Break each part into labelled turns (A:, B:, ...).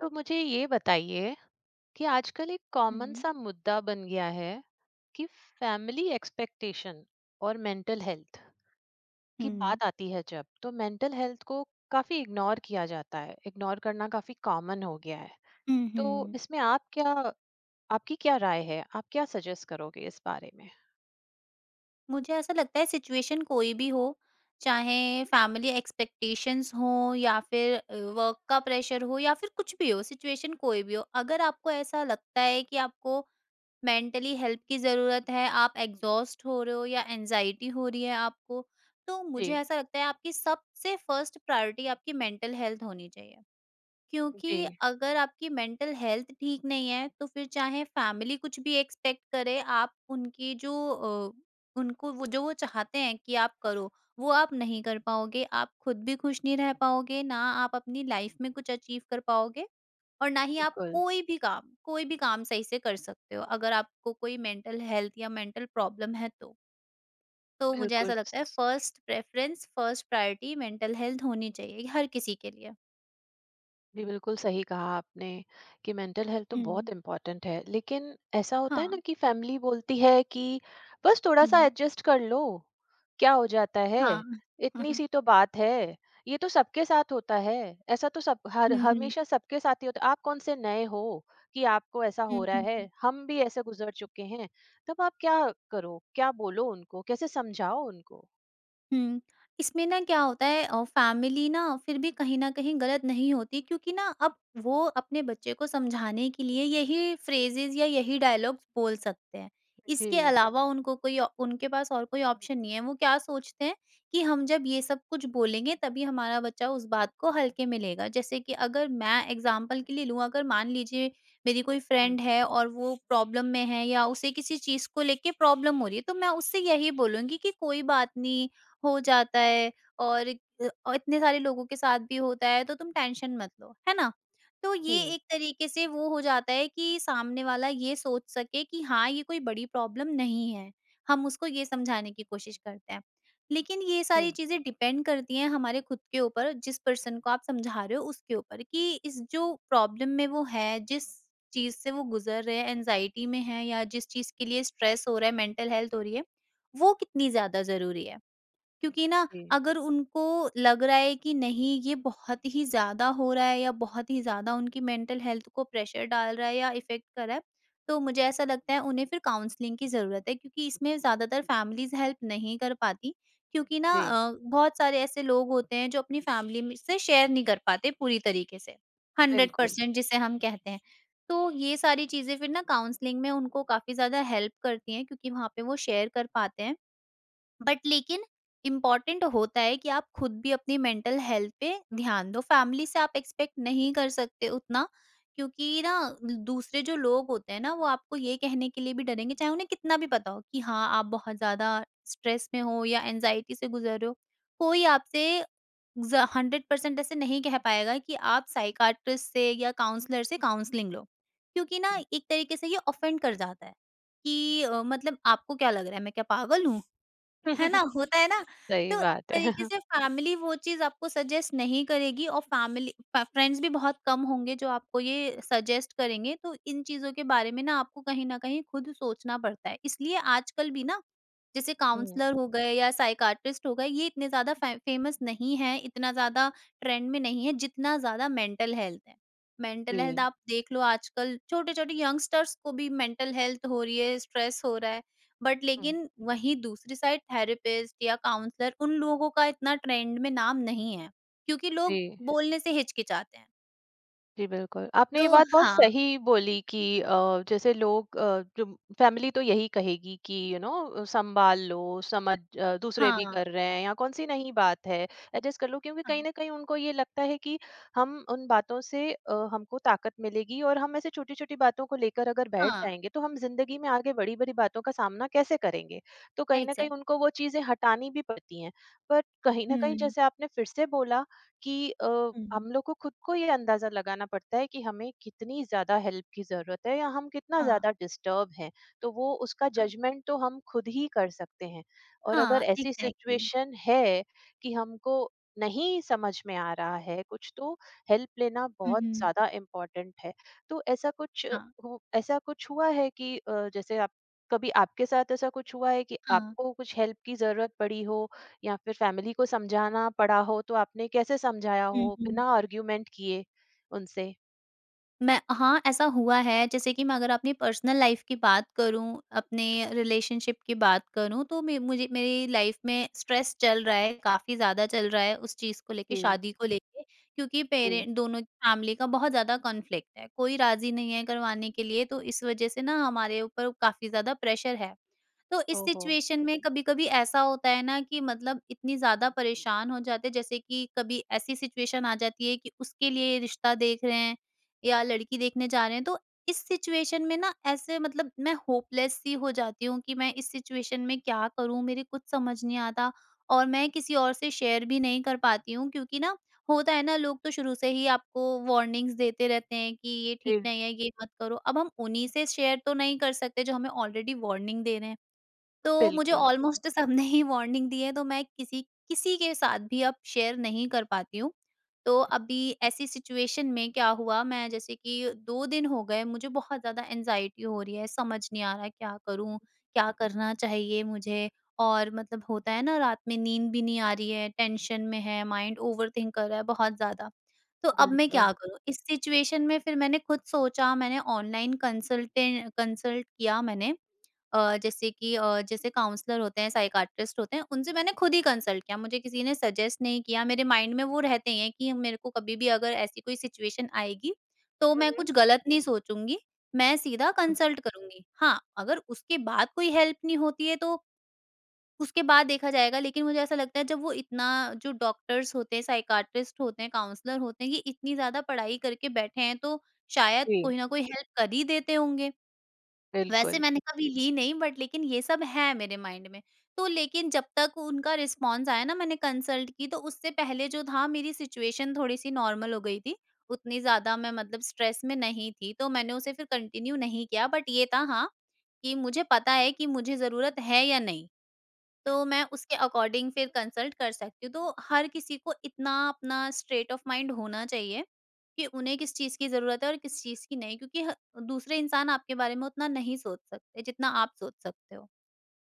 A: तो मुझे ये बताइए कि आजकल एक कॉमन
B: हुँ,
A: सा मुद्दा बन गया है कि फैमिली एक्सपेक्टेशन और मेंटल हेल्थ की
B: हुँ,
A: बात आती है जब, तो मेंटल हेल्थ को काफी इग्नोर किया जाता है। इग्नोर करना काफी कॉमन हो गया है।
B: हुँ,
A: तो
B: हुँ।
A: इसमें आप क्या आपकी क्या राय है? आप क्या सजेस्ट करोगे इस बारे में?
B: मुझे ऐसा लगता है सिचुएशन कोई भी हो, चाहे फैमिली एक्सपेक्टेशंस हों या फिर वर्क का प्रेशर हो या फिर कुछ भी हो, सिचुएशन कोई भी हो। अगर आपको ऐसा लगता है कि आपको मेंटली हेल्प की ज़रूरत है, आप एग्ज़ॉस्ट हो रहे हो या एंग्ज़ायटी हो रही है आपको, तो
A: जी।
B: मुझे ऐसा लगता है आपकी सबसे फर्स्ट प्रायोरिटी आपकी मेंटल हेल्थ होनी चाहिए। क्योंकि
A: जी
B: अगर आपकी मेंटल हेल्थ ठीक नहीं है तो फिर चाहे फैमिली कुछ भी एक्सपेक्ट करे आप उनकी उनको वो जो वो चाहते हैं कि आप करो वो आप नहीं कर पाओगे, आप खुद भी खुश नहीं रह पाओगे, ना आप अपनी लाइफ में कुछ अचीव कर पाओगे और ना ही आप
A: बिल्कुल
B: कोई भी काम सही से कर सकते हो अगर आपको कोई मेंटल हेल्थ या मेंटल प्रॉब्लम है तो। तो मुझे
A: बिल्कुल
B: ऐसा लगता है first preference first priority mental health होनी चाहिए हर किसी के लिए।
A: जी, बिल्कुल सही कहा आपने कि मेंटल हेल्थ तो बहुत
B: हम्म।
A: इम्पोर्टेंट है, लेकिन ऐसा होता है ना
B: हाँ।
A: कि फैमिली बोलती है कि बस थोड़ा सा एडजस्ट कर लो, क्या हो जाता है,
B: हाँ।
A: इतनी सी तो बात है, ये तो सबके साथ होता है, ऐसा तो सब हर
B: हुँ, हुँ।
A: हमेशा सबके साथ ही होता है, आप कौन से नए हो कि आपको ऐसा
B: हुँ,
A: हो रहा है,
B: हुँ।
A: हम भी ऐसे गुजर चुके हैं। तब आप क्या करो, क्या बोलो उनको, कैसे समझाओ उनको?
B: हुँ। इसमें ना क्या होता है फैमिली ना फिर भी कहीं न कहीं गलत नहीं होती क्योंकि ना अब वो अपने बच्चे को समझाने के लिए यही फ्रेज़ेज़ या यही डायलॉग्स बोल सकते हैं। इसके
A: जी।
B: अलावा उनके पास और कोई ऑप्शन नहीं है। वो क्या सोचते हैं कि हम जब ये सब कुछ बोलेंगे तभी हमारा बच्चा उस बात को हल्के में लेगा। जैसे कि अगर मैं एग्ज़ाम्पल के लिए लूँ, अगर मान लीजिए मेरी कोई
A: हम्म।
B: फ्रेंड है और वो प्रॉब्लम में है या उसे किसी चीज़ को लेके प्रॉब्लम हो रही है, तो मैं उससे यही बोलूँगी कि कोई बात नहीं, हो जाता है और इतने सारे लोगों के साथ भी होता है, तो तुम टेंशन मत लो, है ना? तो
A: जी।
B: ये एक तरीके से वो हो जाता है कि सामने वाला ये सोच सके कि हाँ, ये कोई बड़ी प्रॉब्लम नहीं है। हम उसको ये समझाने की कोशिश करते हैं। लेकिन ये सारी
A: जी।
B: चीज़ें डिपेंड करती हैं हमारे खुद के ऊपर, जिस पर्सन को आप समझा रहे हो उसके ऊपर, कि इस जो प्रॉब्लम में वो है, जिस चीज़ से वो गुज़र रहे हैं, एंग्ज़ायटी में है या जिस चीज़ के लिए स्ट्रेस हो रहा है, मेंटल हेल्थ हो रही है, वो कितनी ज़्यादा ज़रूरी है। क्योंकि ना
A: जी।
B: अगर उनको लग रहा है कि नहीं ये बहुत ही ज़्यादा हो रहा है या बहुत ही ज़्यादा उनकी मेंटल हेल्थ को प्रेशर डाल रहा है या इफ़ेक्ट कर रहा है, तो मुझे ऐसा लगता है उन्हें फिर काउंसलिंग की ज़रूरत है क्योंकि इसमें ज़्यादातर फैमिलीज़ हेल्प नहीं कर पाती क्योंकि ना
A: जी,
B: अ, बहुत सारे ऐसे लोग होते हैं जो अपनी फैमिली में से शेयर नहीं कर पाते पूरी तरीके से,
A: बिल्कुल।
B: 100% जिसे हम कहते हैं। तो ये सारी चीज़ें फिर ना काउंसलिंग में उनको काफ़ी ज़्यादा हेल्प करती हैं क्योंकि वहाँ पे वो शेयर कर पाते हैं, बट लेकिन इम्पॉर्टेंट होता है कि आप खुद भी अपनी मेंटल हेल्थ पे ध्यान दो। फैमिली से आप एक्सपेक्ट नहीं कर सकते उतना, क्योंकि ना दूसरे जो लोग होते हैं ना, वो आपको ये कहने के लिए भी डरेंगे, चाहे उन्हें कितना भी पता हो कि हाँ आप बहुत ज्यादा स्ट्रेस में हो या एनजाइटी से गुजर रहे हो, कोई आपसे 100% ऐसे नहीं कह पाएगा कि आप साइकाट्रिस्ट से या काउंसलर से काउंसलिंग लो, क्योंकि ना एक तरीके से ये ऑफेंड कर जाता है कि मतलब आपको क्या लग रहा है, मैं क्या पागल हूँ?
A: जी।
B: है ना? होता है ना?
A: सही
B: तो इस
A: बात है।
B: तरीके से फैमिली वो चीज़ आपको सजेस्ट नहीं करेगी और फैमिली फ फ्रेंड्स भी बहुत कम होंगे जो आपको ये सजेस्ट करेंगे। तो इन चीज़ों के बारे में ना आपको कहीं न कहीं खुद सोचना पड़ता है। इसलिए आजकल भी ना जैसे
A: हुँ,
B: काउंसलर हो गए या साइकाट्रिस्ट हो गए, ये इतने ज़्यादा फे फेमस नहीं हैं, इतना ज़्यादा ट्रेंड में नहीं है, जितना ज़्यादा मेंटल हेल्थ है।
A: जी।
B: मेंटल हेल्थ आप देख लो, आजकल छोटे-छोटे यंगस्टर्स को भी मेंटल हेल्थ हो रही है, स्ट्रेस हो रहा है। बट
A: हुँ,
B: लेकिन वहीं दूसरी साइड थेरेपिस्ट या काउंसलर, उन लोगों का इतना ट्रेंड में नाम नहीं है, क्योंकि
A: जी।
B: लोग बोलने से हिचकिचाते हैं।
A: जी, बिल्कुल। आपने
B: तो
A: ये बात बहुत
B: हाँ,
A: सही बोली कि जैसे लोग, जो फैमिली तो यही कहेगी कि यू नो संभाल लो, दूसरे भी
B: हाँ,
A: कर रहे हैं, या कौन-सी नई बात है, एडजस्ट कर लो, क्योंकि कहीं
B: हाँ,
A: न कहीं उनको ये लगता है कि हम उन बातों से, हमको ताकत मिलेगी, और हम ऐसे छोटी-छोटी बातों को लेकर अगर बैठ
B: हाँ,
A: जाएँगे, तो हम ज़िंदगी में आगे बड़ी-बड़ी बातों का सामना कैसे करेंगे? तो कहीं न कहीं
B: एग्ज़ैक्ट।
A: उनको वो चीज़ें हटानी भी पड़ती हैं। बट कहीं न कहीं,
B: हुँ,
A: जैसे आपने फिर से बोला कि
B: हुँ,
A: हम लोग को खुद को ये अंदाजा लगाना पड़ता है कि हमें कितनी ज्यादा हेल्प की जरूरत है, या हम कितना
B: हाँ,
A: ज्यादा डिस्टर्ब हैं। तो वो उसका
B: हाँ,
A: जजमेंट तो हम खुद ही कर सकते हैं। और अगर
B: हाँ,
A: ऐसी
B: एग्ज़ैक्टली।
A: सिचुएशन है कि हमको नहीं समझ में आ रहा है कुछ, तो हेल्प लेना
B: हुँ,
A: बहुत
B: हुँ।
A: ज्यादा इम्पोर्टेंट है। तो ऐसा कुछ अ,
B: 啊，
A: हु- ऐसा कुछ हुआ है कि अ, जैसे आप कभी आपके साथ ऐसा कुछ हुआ है कि
B: 嗯，
A: आपको कुछ हेल्प की जरूरत पड़ी हो, या फिर फैमिली को समझाना पड़ा हो? तो आपने कैसे समझाया
B: 嗯
A: हो बिना
B: 哼。
A: आर्ग्यूमेंट किए उनसे?
B: मैं हाँ, ऐसा हुआ है। जैसे कि मैं अगर अपनी पर्सनल लाइफ़ की बात करूँ, अपने रिलेशनशिप की बात करूँ, तो मे मुझे मेरी लाइफ़ में स्ट्रेस चल रहा है, काफ़ी ज़्यादा चल रहा है उस चीज़ को
A: जी।
B: लेके, शादी को लेके, क्योंकि पेरे
A: जी।
B: दोनों की फैमिली का बहुत ज़्यादा कॉन्फ्लिक्ट है। कोई राज़ी नहीं है करवाने के लिए, तो इस वज़ह से ना हमारे ऊपर काफ़ी ज़्यादा प्रेशर है। तो इस
A: ओहो!
B: सिचुएशन में कभी-कभी ऐसा होता है ना कि मतलब इतनी ज़्यादा परेशान हो जाते हैं, जैसे कि कभी ऐसी सिचुएशन आ जाती है कि उसके लिए रिश्ता देख रहे हैं, या लड़की देखने जा रहे हैं, तो इस सिचुएशन में ना ऐसे मतलब मैं होपलेस सी हो जाती हूँ कि मैं इस सिचुएशन में क्या करूँ? मेरे कुछ समझ नहीं आता और मैं किसी और से शेयर भी नहीं कर पाती हूँ, क्योंकि ना होता है ना, लोग तो शुरू से ही आपको वार्निंग्स देते रहते हैं कि ये ठीक
A: जी,
B: नहीं है, ये मत करो। अब हम उन्हीं से शेयर तो नहीं कर सकते जो हमें ऑलरेडी वार्निंग दे रहे हैं। तो मुझे
A: बिल्कुल।
B: ऑलमोस्ट सबने ही वार्निंग दी है, तो मैं किसी किसी के साथ भी अब शेयर नहीं कर पाती हूँ। तो अभी ऐसी सिचुएशन में क्या हुआ, मैं जैसे कि 2 दिन हो गए मुझे बहुत ज़्यादा एंग्ज़ायटी हो रही है, समझ नहीं आ रहा क्या करूँ? क्या करना चाहिए मुझे? और मतलब होता है ना, रात में नींद भी नहीं आ रही है, टेंशन में है, माइंड ओवरथिंक कर रहा है बहुत ज़्यादा। तो अब मैं क्या
A: बिल्कुल।
B: करूँ? इस सिचुएशन में फिर मैंने खुद सोचा, मैंने ऑनलाइन कंसल्ट किया। मैंने अ, जैसे कि अ, जैसे काउंसलर होते हैं, साइकियाट्रिस्ट होते हैं, उनसे मैंने खुद ही कंसल्ट किया। मुझे किसी ने सजेस्ट नहीं किया, मेरे माइंड में वो रहते हैं कि मेरे को कभी भी अगर ऐसी कोई सिचुएशन आएगी, तो
A: हुँ,
B: मैं
A: हुँ।
B: कुछ गलत नहीं सोचूँगी, मैं सीधा कंसल्ट करूँगी। हाँ, अगर उसके बाद कोई हेल्प नहीं होती है तो उसके बाद देखा जाएगा, लेकिन मुझे ऐसा लगता है जब वो इतना, जो डॉक्टर्स होते हैं, साइकियाट्रिस्ट होते हैं, काउंसलर होते हैं, ये इतनी ज़्यादा पढ़ाई करके बैठे हैं, तो शायद
A: जी,
B: कोई ना कोई हेल्प कर ही देते होंगे। वैसे
A: बिल्कुल।
B: मैंने कभी ली नहीं, बट लेकिन ये सब है मेरे माइंड में। तो लेकिन जब तक उनका रिस्पॉन्स आया ना, मैंने कंसल्ट की तो उससे पहले जो था, मेरी सिचुएशन थोड़ी-सी नॉर्मल हो गई थी। उतनी ज़्यादा मैं मतलब स्ट्रेस में नहीं थी, तो मैंने उसे फिर कंटिन्यू नहीं किया, बट ये था हाँ, कि मुझे पता है कि मुझे ज़रूरत है या नहीं? तो मैं उसके अकॉर्डिंग फिर कंसल्ट कर सकती हूँ। तो हर किसी को इतना अपना स्ट्रेट ऑफ माइंड होना चाहिए कि उन्हें किस चीज़ की ज़रूरत है और किस चीज़ की नहीं, क्योंकि ह दूसरे इंसान आपके बारे में उतना नहीं सोच सकते जितना आप सोच सकते हो।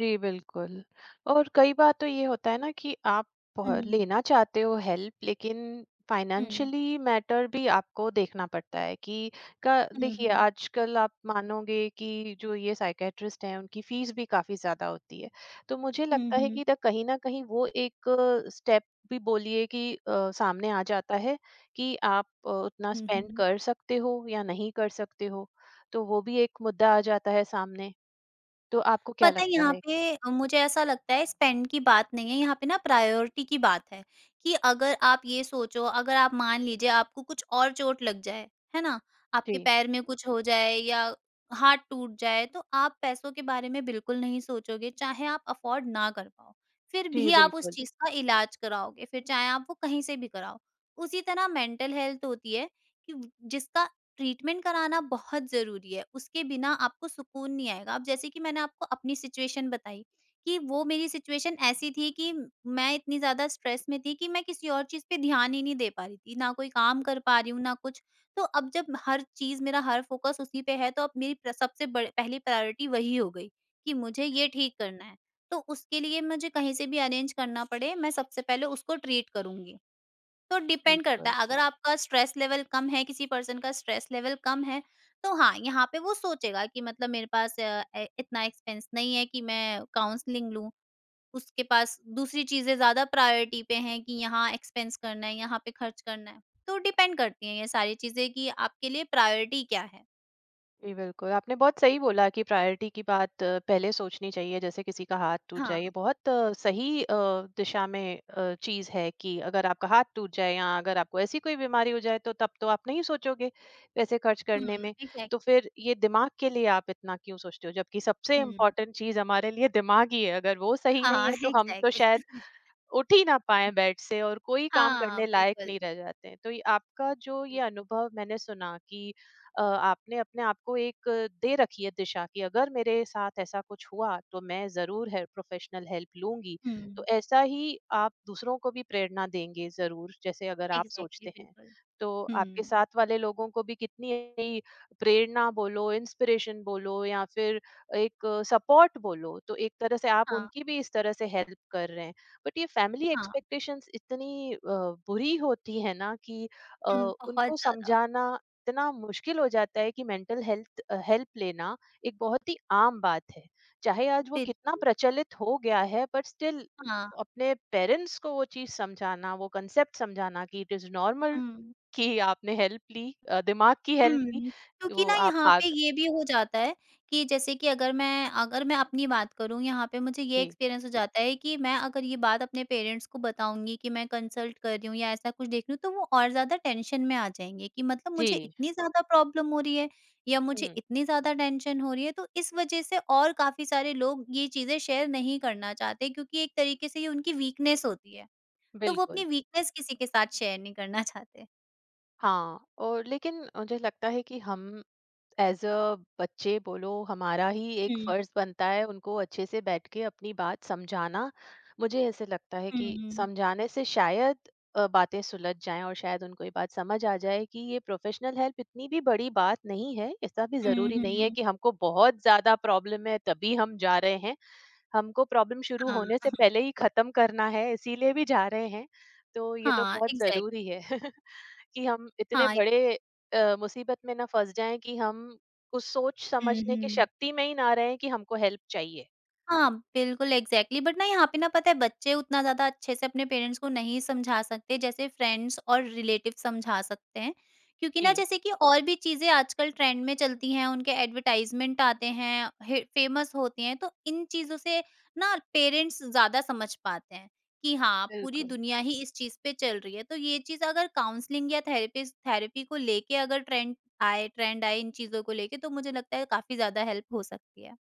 A: जी, बिल्कुल। और कई बार तो ये होता है ना कि आप पह
B: हुँ।
A: लेना चाहते हो हेल्प, लेकिन
B: हुँ।
A: फाइनेंशियली मैटर भी आपको देखना पड़ता है कि का
B: हुँ,
A: देखिए,
B: हुँ।
A: आजकल आप मानोगे कि जो ये साइकियाट्रिस्ट हैं उनकी फीस भी काफ़ी ज़्यादा होती है। तो मुझे
B: हुँ,
A: लगता है
B: हुँ।
A: कि द कहीं न कहीं वो एक स्टेप भी बोलिए कि सामने आ जाता है कि आप उतना
B: हुँ,
A: स्पेंड
B: हुँ।
A: कर सकते हो या नहीं कर सकते हो। तो वो भी एक मुद्दा आ जाता है सामने। तो आपको क्या
B: पता है
A: लगता
B: यहाँ
A: है?
B: पे मुझे ऐसा लगता है स्पेंड की बात नहीं है यहाँ पे, ना प्रायोरिटी की बात है। कि अगर आप ये सोचो, अगर आप मान लीजिए आपको कुछ और चोट लग जाए, है ना?
A: जी।
B: आपके पैर में कुछ हो जाए या हाथ टूट जाए, तो आप पैसों के बारे में बिल्कुल नहीं सोचोगे, चाहे आप अफ़ोर्ड ना कर पाओ। फिर
A: जी,
B: भी आप उस
A: बिल्कुल।
B: चीज़ का इलाज कराओगे, फिर चाहे आप वो कहीं से भी कराओ। उसी तरह मेंटल हेल्थ होती है, कि जिसका ट्रीटमेंट कराना बहुत ज़रूरी है, उसके बिना आपको सुकून नहीं आएगा। अब जैसे कि मैंने आपको अपनी सिचुएशन बताई, कि वो मेरी सिचुएशन ऐसी थी कि मैं इतनी ज़्यादा स्ट्रेस में थी कि मैं किसी और चीज़ पे ध्यान ही नहीं दे पा रही थी, ना कोई काम कर पा रही हूँ, ना कुछ। तो अब जब हर चीज़, मेरा हर फ़ोकस उसी पे है, तो अब मेरी प्र सबसे बड़ पहली प्रायोरिटी वही हो गई कि मुझे ये ठीक करना है। तो उसके लिए मुझे कहीं से भी अरेंज करना पड़े, मैं सबसे पहले उसको ट्रीट करूँगी। तो डिपेंड करता
A: बिल्कुल।
B: है, अगर हाँ, आपका स्ट्रेस लेवल कम है, किसी पर्सन का स्ट्रेस लेवल कम है, तो हाँ, यहाँ पे वो सोचेगा कि मतलब मेरे पास अ, ए इतना एक्सपेंस नहीं है कि मैं काउंसलिंग लूँ। उसके पास दूसरी चीज़ें ज़्यादा प्रायोरिटी पे हैं कि यहाँ एक्सपेंस करना है, यहाँ पे खर्च करना है। तो डिपेंड करती हैं ये सारी चीज़ें कि आपके लिए प्रायोरिटी क्या है।
A: जी, बिल्कुल, आपने बहुत सही बोला कि प्रायोरिटी की बात पहले सोचनी चाहिए। जैसे किसी का हाथ टूट जाए,
B: हाँ।
A: ये बहुत सही दिशा में चीज़ है कि अगर आपका हाथ टूट जाए, या अगर आपको ऐसी कोई बीमारी हो जाए, तो तब तो आप नहीं सोचोगे पैसे खर्च
B: हुँ,
A: करने में।
B: एग्ज़ैक्टली।
A: तो फिर ये दिमाग के लिए आप इतना क्यों सोचते हो? जबकि सबसे
B: हुँ।
A: इम्पोर्टेंट चीज़ हमारे लिए दिमाग ही है। अगर वो सही नहीं
B: हाँ,
A: है, तो हम तो
B: एग्ज़ैक्टली।
A: शायद उठ ही ना पाएँ बेड से, और कोई काम
B: हाँ,
A: करने लायक
B: बिल्कुल,
A: नहीं रह जाते हैं। तो ये आपका जो ये
B: बिल्कुल।
A: अनुभव मैंने सुना कि आपने अपने आप को एक दे रखी है दिशा कि अगर मेरे साथ ऐसा कुछ हुआ, तो मैं ज़रूर है प्रोफ़ेशनल हेल्प लूँगी।
B: हुँ,
A: तो ऐसा ही आप दूसरों को भी प्रेरणा देंगे ज़रूर, जैसे अगर आप
B: एग्ज़ैक्टली
A: सोचते हैं।
B: बिल्कुल।
A: तो आपके
B: हुँ,
A: साथ वाले लोगों को भी कितनी ही प्रेरणा बोलो, इंस्पिरेशन बोलो, या फिर एक सपोर्ट बोलो, तो एक तरह से आप
B: हाँ,
A: उनकी भी इस तरह से हेल्प कर रहे। बट ये फैमिली
B: हाँ।
A: एक्सपेक्टेशंस इतनी बुरी होती है ना कि अ,
B: हुँ, बहुत
A: उनको
B: ज़्यादा।
A: समझाना इतना मुश्किल हो जाता है कि मेंटल हेल्थ हेल्प लेना एक बहुत ही आम बात है। चाहे आज वो
B: फिर
A: कितना प्रचलित हो गया है, बट स्टिल
B: हाँ,
A: अपने पेरेंट्स को वो चीज समझाना, वो कंसेप्ट समझाना कि इट इज नॉर्मल
B: हुँ।
A: कि आपने हेल्प ली, दिमाग की हेल्प ली,
B: हुँ, क्योंकि
A: वो
B: ना
A: आप
B: यहाँ
A: आग
B: पे ये भी हो जाता है कि जैसे कि अगर मैं अपनी बात करूँ, यहाँ पे मुझे ये
A: जी।
B: एक्सपीरियंस हो जाता है कि मैं अगर ये बात अपने पेरेंट्स को बताऊँगी कि मैं कंसल्ट कर रही हूँ या ऐसा कुछ देख रही हूँ, तो वो और ज़्यादा टेंशन में आ जाएँगे कि मतलब मुझे
A: जी।
B: इतनी ज़्यादा प्रॉब्लम हो रही है या मुझे
A: हम्म।
B: इतनी ज़्यादा टेंशन हो रही है। तो इस वजह से और काफ़ी सारे लोग ये चीज़ें शेयर नहीं करना चाहते क्योंकि एक तरीके से ये उनकी वीकनेस होती है। तो वो
A: बिल्कुल।
B: अपनी वीकनेस किसी के साथ शेयर नहीं करना चाहते।
A: हाँ, और लेकिन मुझे लगता है कि हम एज अ बच्चे बोलो, हमारा ही एक
B: हुँ।
A: फर्ज बनता है उनको अच्छे से बैठ के अपनी बात समझाना। मुझे ऐसे लगता है
B: हुँ,
A: कि
B: हुँ,
A: समझाने से शायद बातें सुलझ जाएं, और शायद उनको ये बात समझ आ जाए कि ये प्रोफेशनल हेल्प इतनी भी बड़ी बात नहीं है। ऐसा भी
B: हुँ,
A: ज़रूरी
B: हुँ,
A: नहीं है
B: हुँ,
A: कि हमको बहुत ज़्यादा प्रॉब्लम है तभी हम जा रहे हैं। हमको प्रॉब्लम शुरू
B: हाँ,
A: होने से पहले ही खत्म करना है, इसीलिए भी जा रहे हैं। तो ये तो
B: हाँ,
A: बहुत
B: एग्ज़ैक्टली।
A: जरूरी है। कि हम इतने
B: हाँ,
A: बड़े मुसीबत में ना फंस जाएं कि हम कुछ सोच
B: हुँ,
A: समझने की
B: हुँ।
A: शक्ति में ही ना रहें कि हमको हेल्प चाहिए।
B: हाँ, बिल्कुल एग्ज़ैक्टली। बट ना यहाँ पे ना पता है, बच्चे उतना ज़्यादा अच्छे से अपने पेरेंट्स को नहीं समझा सकते जैसे फ्रेंड्स और रिलेटिव समझा सकते हैं। क्योंकि ना
A: जी।
B: जैसे कि और भी चीज़ें आजकल ट्रेंड में चलती हैं, उनके एडवर्टाइज़मेंट आते हैं, हे फेमस होती हैं, तो इन चीज़ों से ना पेरेंट्स ज़्यादा समझ पाते हैं कि हाँ, पूरी
A: बिल्कुल।
B: दुनिया ही इस चीज़ पे चल रही है। तो ये चीज़ अगर काउंसलिंग या थेरेपिस थेरेपी को लेके अगर ट्रेंड आए इन चीज़ों को लेके, तो मुझे लगता है काफ़ी ज़्यादा हेल्प हो सकती है।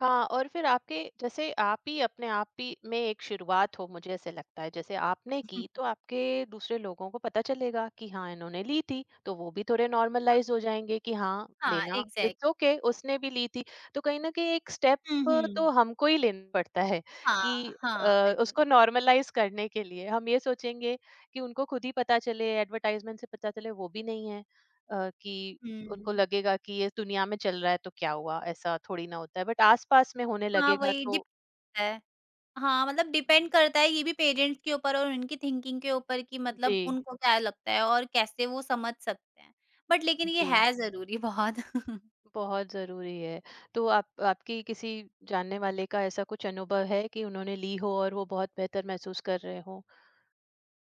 A: हाँ, और फिर आपके जैसे, आप ही अपने आप ही में एक शुरुआत हो, मुझे ऐसे लगता है, जैसे आपने की, तो आपके दूसरे लोगों को पता चलेगा कि हाँ, इन्होंने ली थी, तो वो भी थोड़े नॉर्मलाइज हो जाएंगे कि हाँ,
B: हाँ,
A: लेना,
B: एग्ज़ैक्ट।
A: इट्स ओके, उसने भी ली थी। तो कहीं ना कहीं एक स्टेप
B: हुँ,
A: तो
B: हुँ।
A: हमको ही लेना पड़ता है कि
B: हाँ, हाँ, बिल्कुल।
A: उसको नॉर्मलाइज करने के लिए हम ये सोचेंगे कि उनको खुद ही पता चले, एडवर्टाइजमेंट से पता चले, वो भी नहीं है, कि उनको
B: हुँ।
A: लगेगा कि ये दुनिया में चल रहा है तो क्या हुआ, ऐसा थोड़ी ना होता है। बट आस-पास में होने
B: हाँ,
A: लगेगा
B: वही डिप
A: तो
B: है। हाँ, मतलब डिपेंड करता है ये भी पेरेंट्स के ऊपर और उनकी थिंकिंग के ऊपर कि मतलब
A: जी।
B: उनको क्या लगता है और कैसे वो समझ सकते हैं। बट लेकिन ये
A: जी,
B: है ज़रूरी बहुत।
A: बहुत ज़रूरी है। तो आप, आपकी किसी जानने वाले का ऐसा कुछ अनुभव है कि उन्होंने ली हो और वो बहुत बेहतर महसूस कर रहे हों?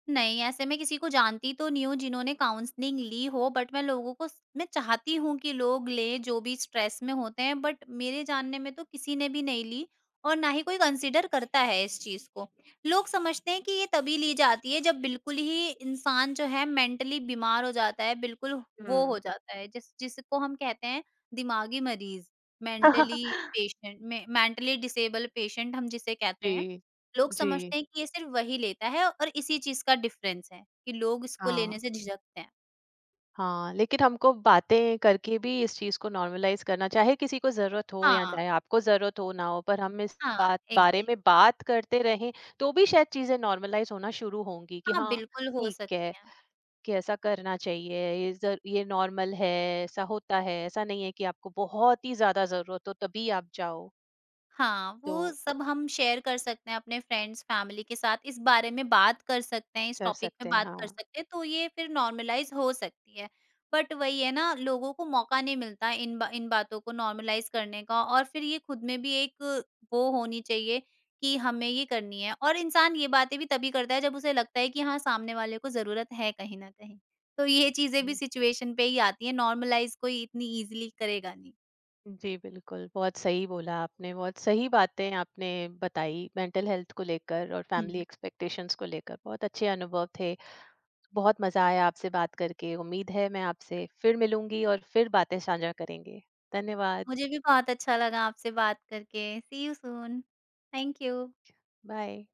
B: नहीं, ऐसे मैं किसी को जानती तो नहीं हूँ जिन्होंने काउंसलिंग ली हो, बट मैं लोगों को स मैं चाहती हूँ कि लोग लें जो भी स्ट्रेस में होते हैं, बट मेरे जानने में तो किसी ने भी नहीं ली और ना ही कोई कंसीडर करता है इस चीज़ को। लोग समझते हैं कि ये तभी ली जाती है जब बिल्कुल ही इंसान जो है मेंटली बीमार हो जाता है, बिल्कुल वो
A: हुँ।
B: हो जाता है जिसको हम कहते हैं, दिमागी मरीज़, मेंटली मेंटली डिसेबल पेशेंट हम जिसे कहते हैं।
A: जी,
B: लोग
A: जी,
B: समझते हैं कि ये सिर्फ़ वही लेता है और इसी चीज़ का डिफ़रेंस है, कि लोग इसको
A: हाँ।
B: लेने से झिझकते हैं।
A: हाँ, लेकिन हमको बातें करके भी इस चीज़ को नॉर्मलाइज़ करना, चाहे किसी को ज़रूरत हो या
B: हाँ,
A: चाहे आपको ज़रूरत हो ना हो, पर हम इस
B: हाँ,
A: बात बारे
B: एग्ज़ैक्ट।
A: में बात करते रहें, तो भी शायद चीज़ें नॉर्मलाइज़ होना शुरू होंगी कि
B: हाँ,
A: हाँ,
B: बिल्कुल हो
A: ठीक
B: सकती
A: है,
B: है।
A: कि ऐसा करना चाहिए, ये नॉर्मल है, ऐसा होता है, ऐसा नहीं है कि आपको बहुत ही ज़्यादा ज़रूरत हो तभी आप जाओ,
B: हाँ,
A: तो
B: वो सब हम शेयर कर सकते हैं अपने फ्रेंड्स, फैमिली के साथ, इस बारे में बात कर सकते हैं, इस
A: कर
B: टॉपिक पे
A: सकते हैं,
B: बात कर
A: हाँ।
B: सकते हैं, तो ये फिर नॉर्मलाइज़ हो सकती है। बट वही है ना, लोगों को मौका नहीं मिलता इन बातों को नॉर्मलाइज़ करने का, और फिर ये खुद में भी एक वो होनी चाहिए कि हमें ये करनी है, और इंसान ये बातें भी तभी करता है जब उसे लगता है कि हाँ, सामने वाले को ज़रूरत है कहीं न कहीं। तो ये चीज़ें भी सिचुएशन पे ही आती हैं, नॉर्मलाइज़ कोई इतनी ईज़िली करेगा नहीं।
A: जी, बिल्कुल, बहुत सही बोला आपने, बहुत सही बातें आपने बताई मेंटल हेल्थ को लेकर और
B: हुँ।
A: फैमिली एक्सपेक्टेशंस को लेकर, बहुत अच्छे अनुभव थे। बहुत मज़ा आया आपसे बात करके, उम्मीद है मैं आपसे फिर मिलूँगी और फिर बातें साझा करेंगे। धन्यवाद।
B: मुझे भी बहुत अच्छा लगा आपसे बात करके। C U soon। Thank you.
A: Bye.